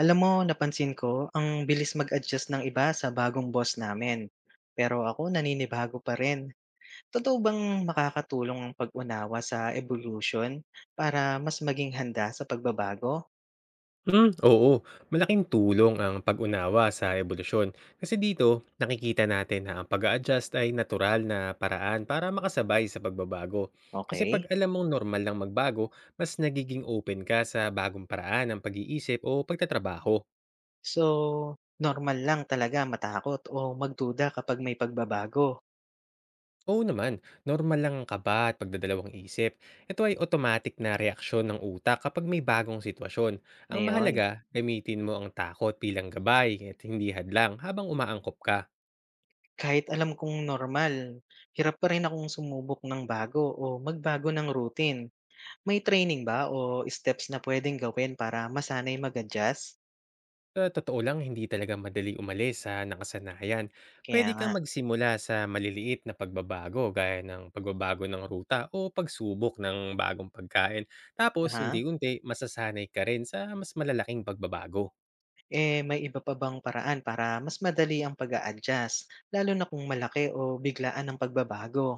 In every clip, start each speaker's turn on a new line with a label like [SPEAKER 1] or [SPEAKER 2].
[SPEAKER 1] Alam mo, napansin ko, ang bilis mag-adjust ng iba sa bagong boss namin. Pero ako naninibago pa rin. Totoo bang makakatulong ang pag-unawa sa evolution para mas maging handa sa pagbabago?
[SPEAKER 2] Hmm, oo. Malaking tulong ang pag-unawa sa ebolusyon. Kasi dito, nakikita natin na ang pag-a-adjust ay natural na paraan para makasabay sa pagbabago. Kasi pag
[SPEAKER 1] Okay.
[SPEAKER 2] alam mong normal lang magbago, mas nagiging open ka sa bagong paraan ng pag-iisip o pagtatrabaho.
[SPEAKER 1] So, normal lang talaga matakot o magduda kapag may pagbabago.
[SPEAKER 2] Oo naman, normal lang ang kaba at pagdadalawang isip. Ito ay automatic na reaksyon ng utak kapag may bagong sitwasyon. Ang
[SPEAKER 1] Ngayon,
[SPEAKER 2] mahalaga, gamitin mo ang takot bilang gabay at hindi hadlang habang umaangkop ka.
[SPEAKER 1] kahit alam kong normal, hirap pa rin akong sumubok ng bago o magbago ng routine. May training ba o steps na pwedeng gawin para masanay mag-adjust?
[SPEAKER 2] Sa totoo lang, hindi talaga madali umalis sa nakasanayan.
[SPEAKER 1] Kaya
[SPEAKER 2] Pwede
[SPEAKER 1] nga.
[SPEAKER 2] kang magsimula sa maliliit na pagbabago gaya ng pagbabago ng ruta o pagsubok ng bagong pagkain. Tapos,
[SPEAKER 1] Aha.
[SPEAKER 2] unti-unti, masasanay ka rin sa mas malalaking pagbabago.
[SPEAKER 1] Eh, may iba pa bang paraan para mas madali ang pag-a-adjust, lalo na kung malaki o biglaan ang pagbabago?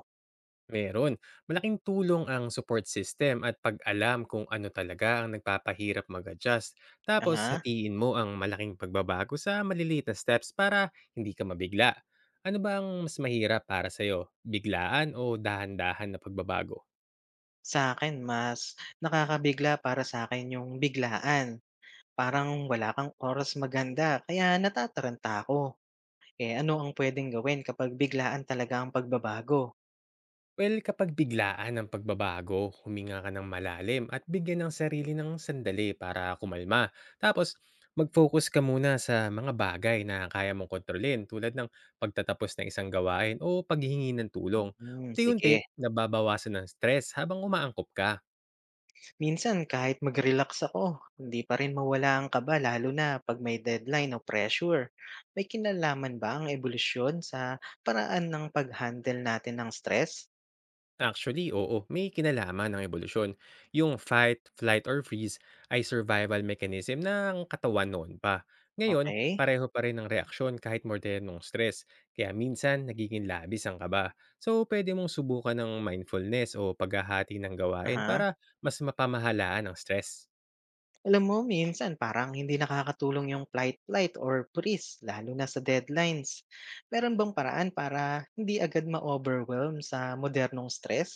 [SPEAKER 2] Meron. Malaking tulong ang support system at pag-alam kung ano talaga ang nagpapahirap mag-adjust. Tapos,
[SPEAKER 1] Aha.
[SPEAKER 2] hatiin mo ang malaking pagbabago sa maliliit na steps para hindi ka mabigla. Ano ba ang mas mahirap para sa'yo? Biglaan o dahan-dahan na pagbabago?
[SPEAKER 1] Sa akin, mas nakakabigla para sa akin yung biglaan. Parang wala kang oras maganda, kaya natataranta ako. Eh, ano ang pwedeng gawin kapag biglaan talaga ang pagbabago?
[SPEAKER 2] Well, kapag biglaan ang pagbabago, huminga ka ng malalim at bigyan ng sarili ng sandali para kumalma. Tapos, mag-focus ka muna sa mga bagay na kaya mong kontrolin tulad ng pagtatapos ng isang gawain o paghihingi ng tulong.
[SPEAKER 1] Hmm,
[SPEAKER 2] Unti-unti,
[SPEAKER 1] sige.
[SPEAKER 2] nababawasan ng stress habang umaangkop ka.
[SPEAKER 1] Minsan kahit mag-relax ako, hindi pa rin mawala ang kaba lalo na 'pag may deadline o pressure. May kinalaman ba ang ebolusyon sa paraan ng pag-handle natin ng stress?
[SPEAKER 2] Actually, oo, may kinalaman ng evolusyon. Yung fight, flight, or freeze ay survival mechanism ng katawan noon pa. Ngayon,
[SPEAKER 1] Okay.
[SPEAKER 2] pareho pa rin ang reaksyon kahit modernong stress, kaya minsan nagiging labis ang kaba. So, pwede mong subukan ng mindfulness o paghahati ng gawain
[SPEAKER 1] Aha.
[SPEAKER 2] para mas mapamahalaan ang stress.
[SPEAKER 1] Alam mo minsan parang hindi nakakatulong yung flight flight or freeze lalo na sa deadlines. Meron bang paraan para hindi agad ma-overwhelm sa modernong stress?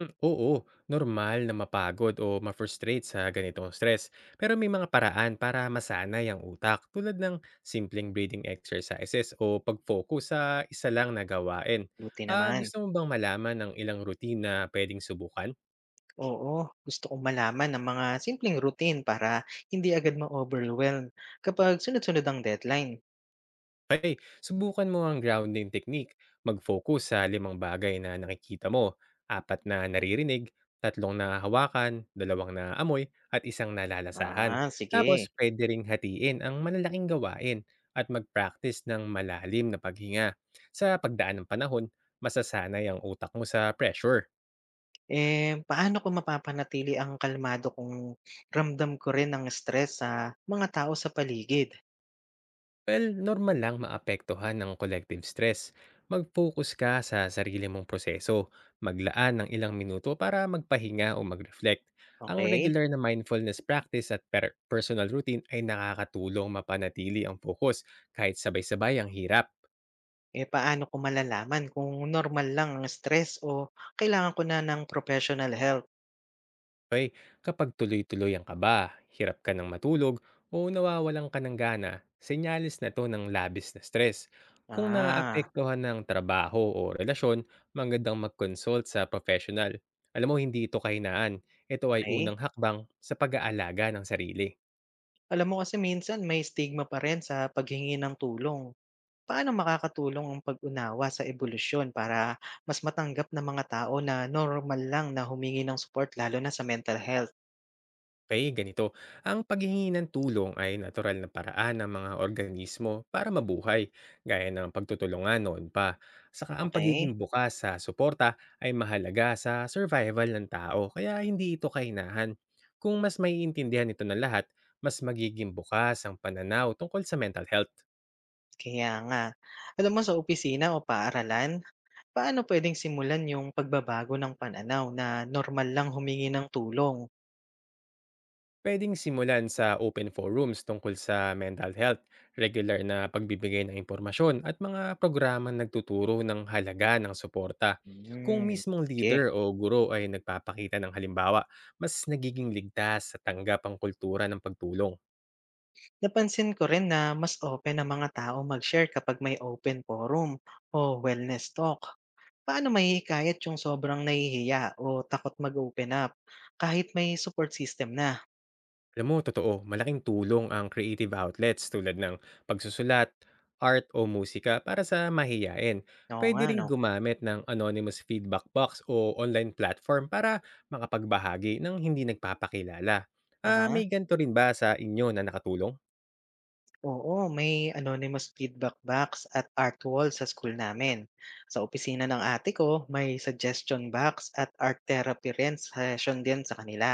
[SPEAKER 2] Oo, normal na mapagod o ma-frustrate sa ganitong stress. Pero may mga paraan para masanay ang utak tulad ng simpleng breathing exercises o pag-focus sa isa lang na gawain.
[SPEAKER 1] Buti
[SPEAKER 2] Ah,
[SPEAKER 1] naman.
[SPEAKER 2] gusto mo bang malaman ng ilang routine na pwedeng subukan?
[SPEAKER 1] Oo, gusto kong malaman ng mga simpleng routine para hindi agad ma-overwhelm kapag sunod-sunod ang deadline.
[SPEAKER 2] Ay, subukan mo ang grounding technique. Mag-focus sa 5 bagay na nakikita mo, 4 na naririnig, 3 na hawakan, 2 na amoy, at isang nalalasahan.
[SPEAKER 1] Ah, sige.
[SPEAKER 2] Tapos, pwede ring hatiin ang malalaking gawain at mag-practice ng malalim na paghinga. Sa pagdaan ng panahon, masasanay ang utak mo sa pressure.
[SPEAKER 1] Eh, paano ko mapapanatili ang kalmado kung ramdam ko rin ang stress sa mga tao sa paligid?
[SPEAKER 2] Well, normal lang maapektuhan ng collective stress. Mag-focus ka sa sarili mong proseso, maglaan ng ilang minuto para magpahinga o mag-reflect. Ang
[SPEAKER 1] Okay?
[SPEAKER 2] regular na mindfulness practice at personal routine ay nakakatulong mapanatili ang focus kahit sabay-sabay ang hirap.
[SPEAKER 1] Eh, paano ko malalaman kung normal lang ang stress o kailangan ko na ng professional help?
[SPEAKER 2] Okay, kapag tuloy-tuloy ang kaba, hirap ka ng matulog, o nawawalan ka ng gana, senyales na to ng labis na stress. Kung
[SPEAKER 1] Ah,
[SPEAKER 2] naapektuhan ng trabaho o relasyon, magandang mag-consult sa professional. Alam mo, hindi ito kahinaan. Ito ay
[SPEAKER 1] okay.
[SPEAKER 2] unang hakbang sa pag-aalaga ng sarili.
[SPEAKER 1] Alam mo kasi minsan may stigma pa rin sa paghingi ng tulong. Paano makakatulong ang pag-unawa sa ebolusyon para mas matanggap ng mga tao na normal lang na humingi ng support lalo na sa mental health?
[SPEAKER 2] Okay, ganito. Ang paghihingi ng tulong ay natural na paraan ng mga organismo para mabuhay, gaya ng pagtutulungan noon pa. Saka ang
[SPEAKER 1] Okay.
[SPEAKER 2] pagiging bukas sa suporta ay mahalaga sa survival ng tao, kaya hindi ito kainahan. Kung mas maiintindihan ito ng lahat, mas magiging bukas ang pananaw tungkol sa mental health.
[SPEAKER 1] Kaya nga. Alam mo sa opisina o paaralan, paano pwedeng simulan yung pagbabago ng pananaw na normal lang humingi ng tulong?
[SPEAKER 2] Pwedeng simulan sa open forums tungkol sa mental health, regular na pagbibigay ng impormasyon at mga programa nagtuturo ng halaga ng suporta. Kung
[SPEAKER 1] Hmm,
[SPEAKER 2] mismong leader
[SPEAKER 1] sige.
[SPEAKER 2] o guro ay nagpapakita ng halimbawa, mas nagiging ligtas sa tanggap ang kultura ng pagtulong.
[SPEAKER 1] Napansin ko rin na mas open ang mga tao mag-share kapag may open forum o wellness talk. Paano mahihikayat yung sobrang nahihiya o takot mag-open up kahit may support system na?
[SPEAKER 2] Alam mo, totoo, malaking tulong ang creative outlets tulad ng pagsusulat, art o musika para sa mahiyain.
[SPEAKER 1] Oo
[SPEAKER 2] Pwede
[SPEAKER 1] nga,
[SPEAKER 2] ring
[SPEAKER 1] no?
[SPEAKER 2] gumamit ng anonymous feedback box o online platform para makapagbahagi ng hindi nagpapakilala. Ah,
[SPEAKER 1] Aha.
[SPEAKER 2] may ganito rin ba sa inyo na nakatulong?
[SPEAKER 1] Oo, may anonymous feedback box at art wall sa school namin. Sa opisina ng ate ko, may suggestion box at art therapy rin session din sa kanila.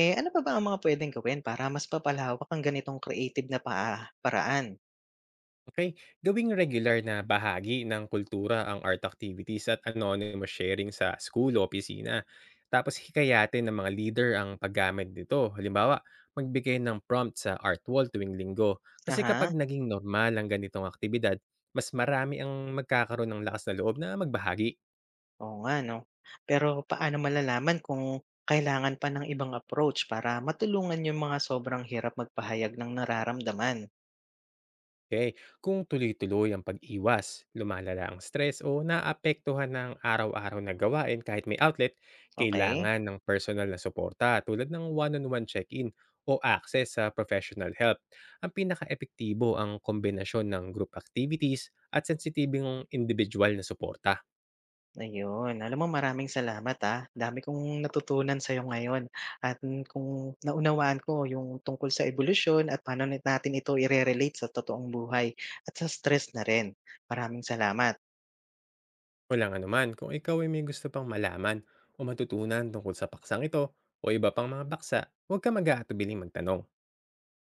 [SPEAKER 1] Eh, ano pa ba ang mga pwedeng gawin para mas papalawak ang ganitong creative na paraan?
[SPEAKER 2] Okay, gawing regular na bahagi ng kultura ang art activities at anonymous sharing sa school o opisina. Tapos hikayatin ng mga leader ang paggamit nito. Halimbawa, magbigay ng prompt sa art wall tuwing linggo. Kasi kapag
[SPEAKER 1] Aha.
[SPEAKER 2] naging normal ang ganitong aktibidad, mas marami ang magkakaroon ng lakas na loob na magbahagi.
[SPEAKER 1] Oo nga 'no. Pero paano malalaman kung kailangan pa ng ibang approach para matulungan yung mga sobrang hirap magpahayag ng nararamdaman?
[SPEAKER 2] Okay, kung tuloy-tuloy ang pag-iwas, lumalala ang stress o naapektuhan ng araw-araw na gawain kahit may outlet,
[SPEAKER 1] Okay.
[SPEAKER 2] kailangan ng personal na suporta tulad ng one-on-one check-in o access sa professional help. Ang pinaka-epektibo ang kombinasyon ng group activities at sensitibong individual na suporta.
[SPEAKER 1] Ayun. Alam mo maraming salamat, ah. Dami kong natutunan sa'yo ngayon at kung naunawaan ko yung tungkol sa ebolusyon at paano natin ito ire-relate sa totoong buhay at sa stress na rin. Maraming salamat.
[SPEAKER 2] Walang anuman, kung ikaw ay may gusto pang malaman o matutunan tungkol sa paksang ito o iba pang mga baksa, huwag ka mag-aatubiling magtanong.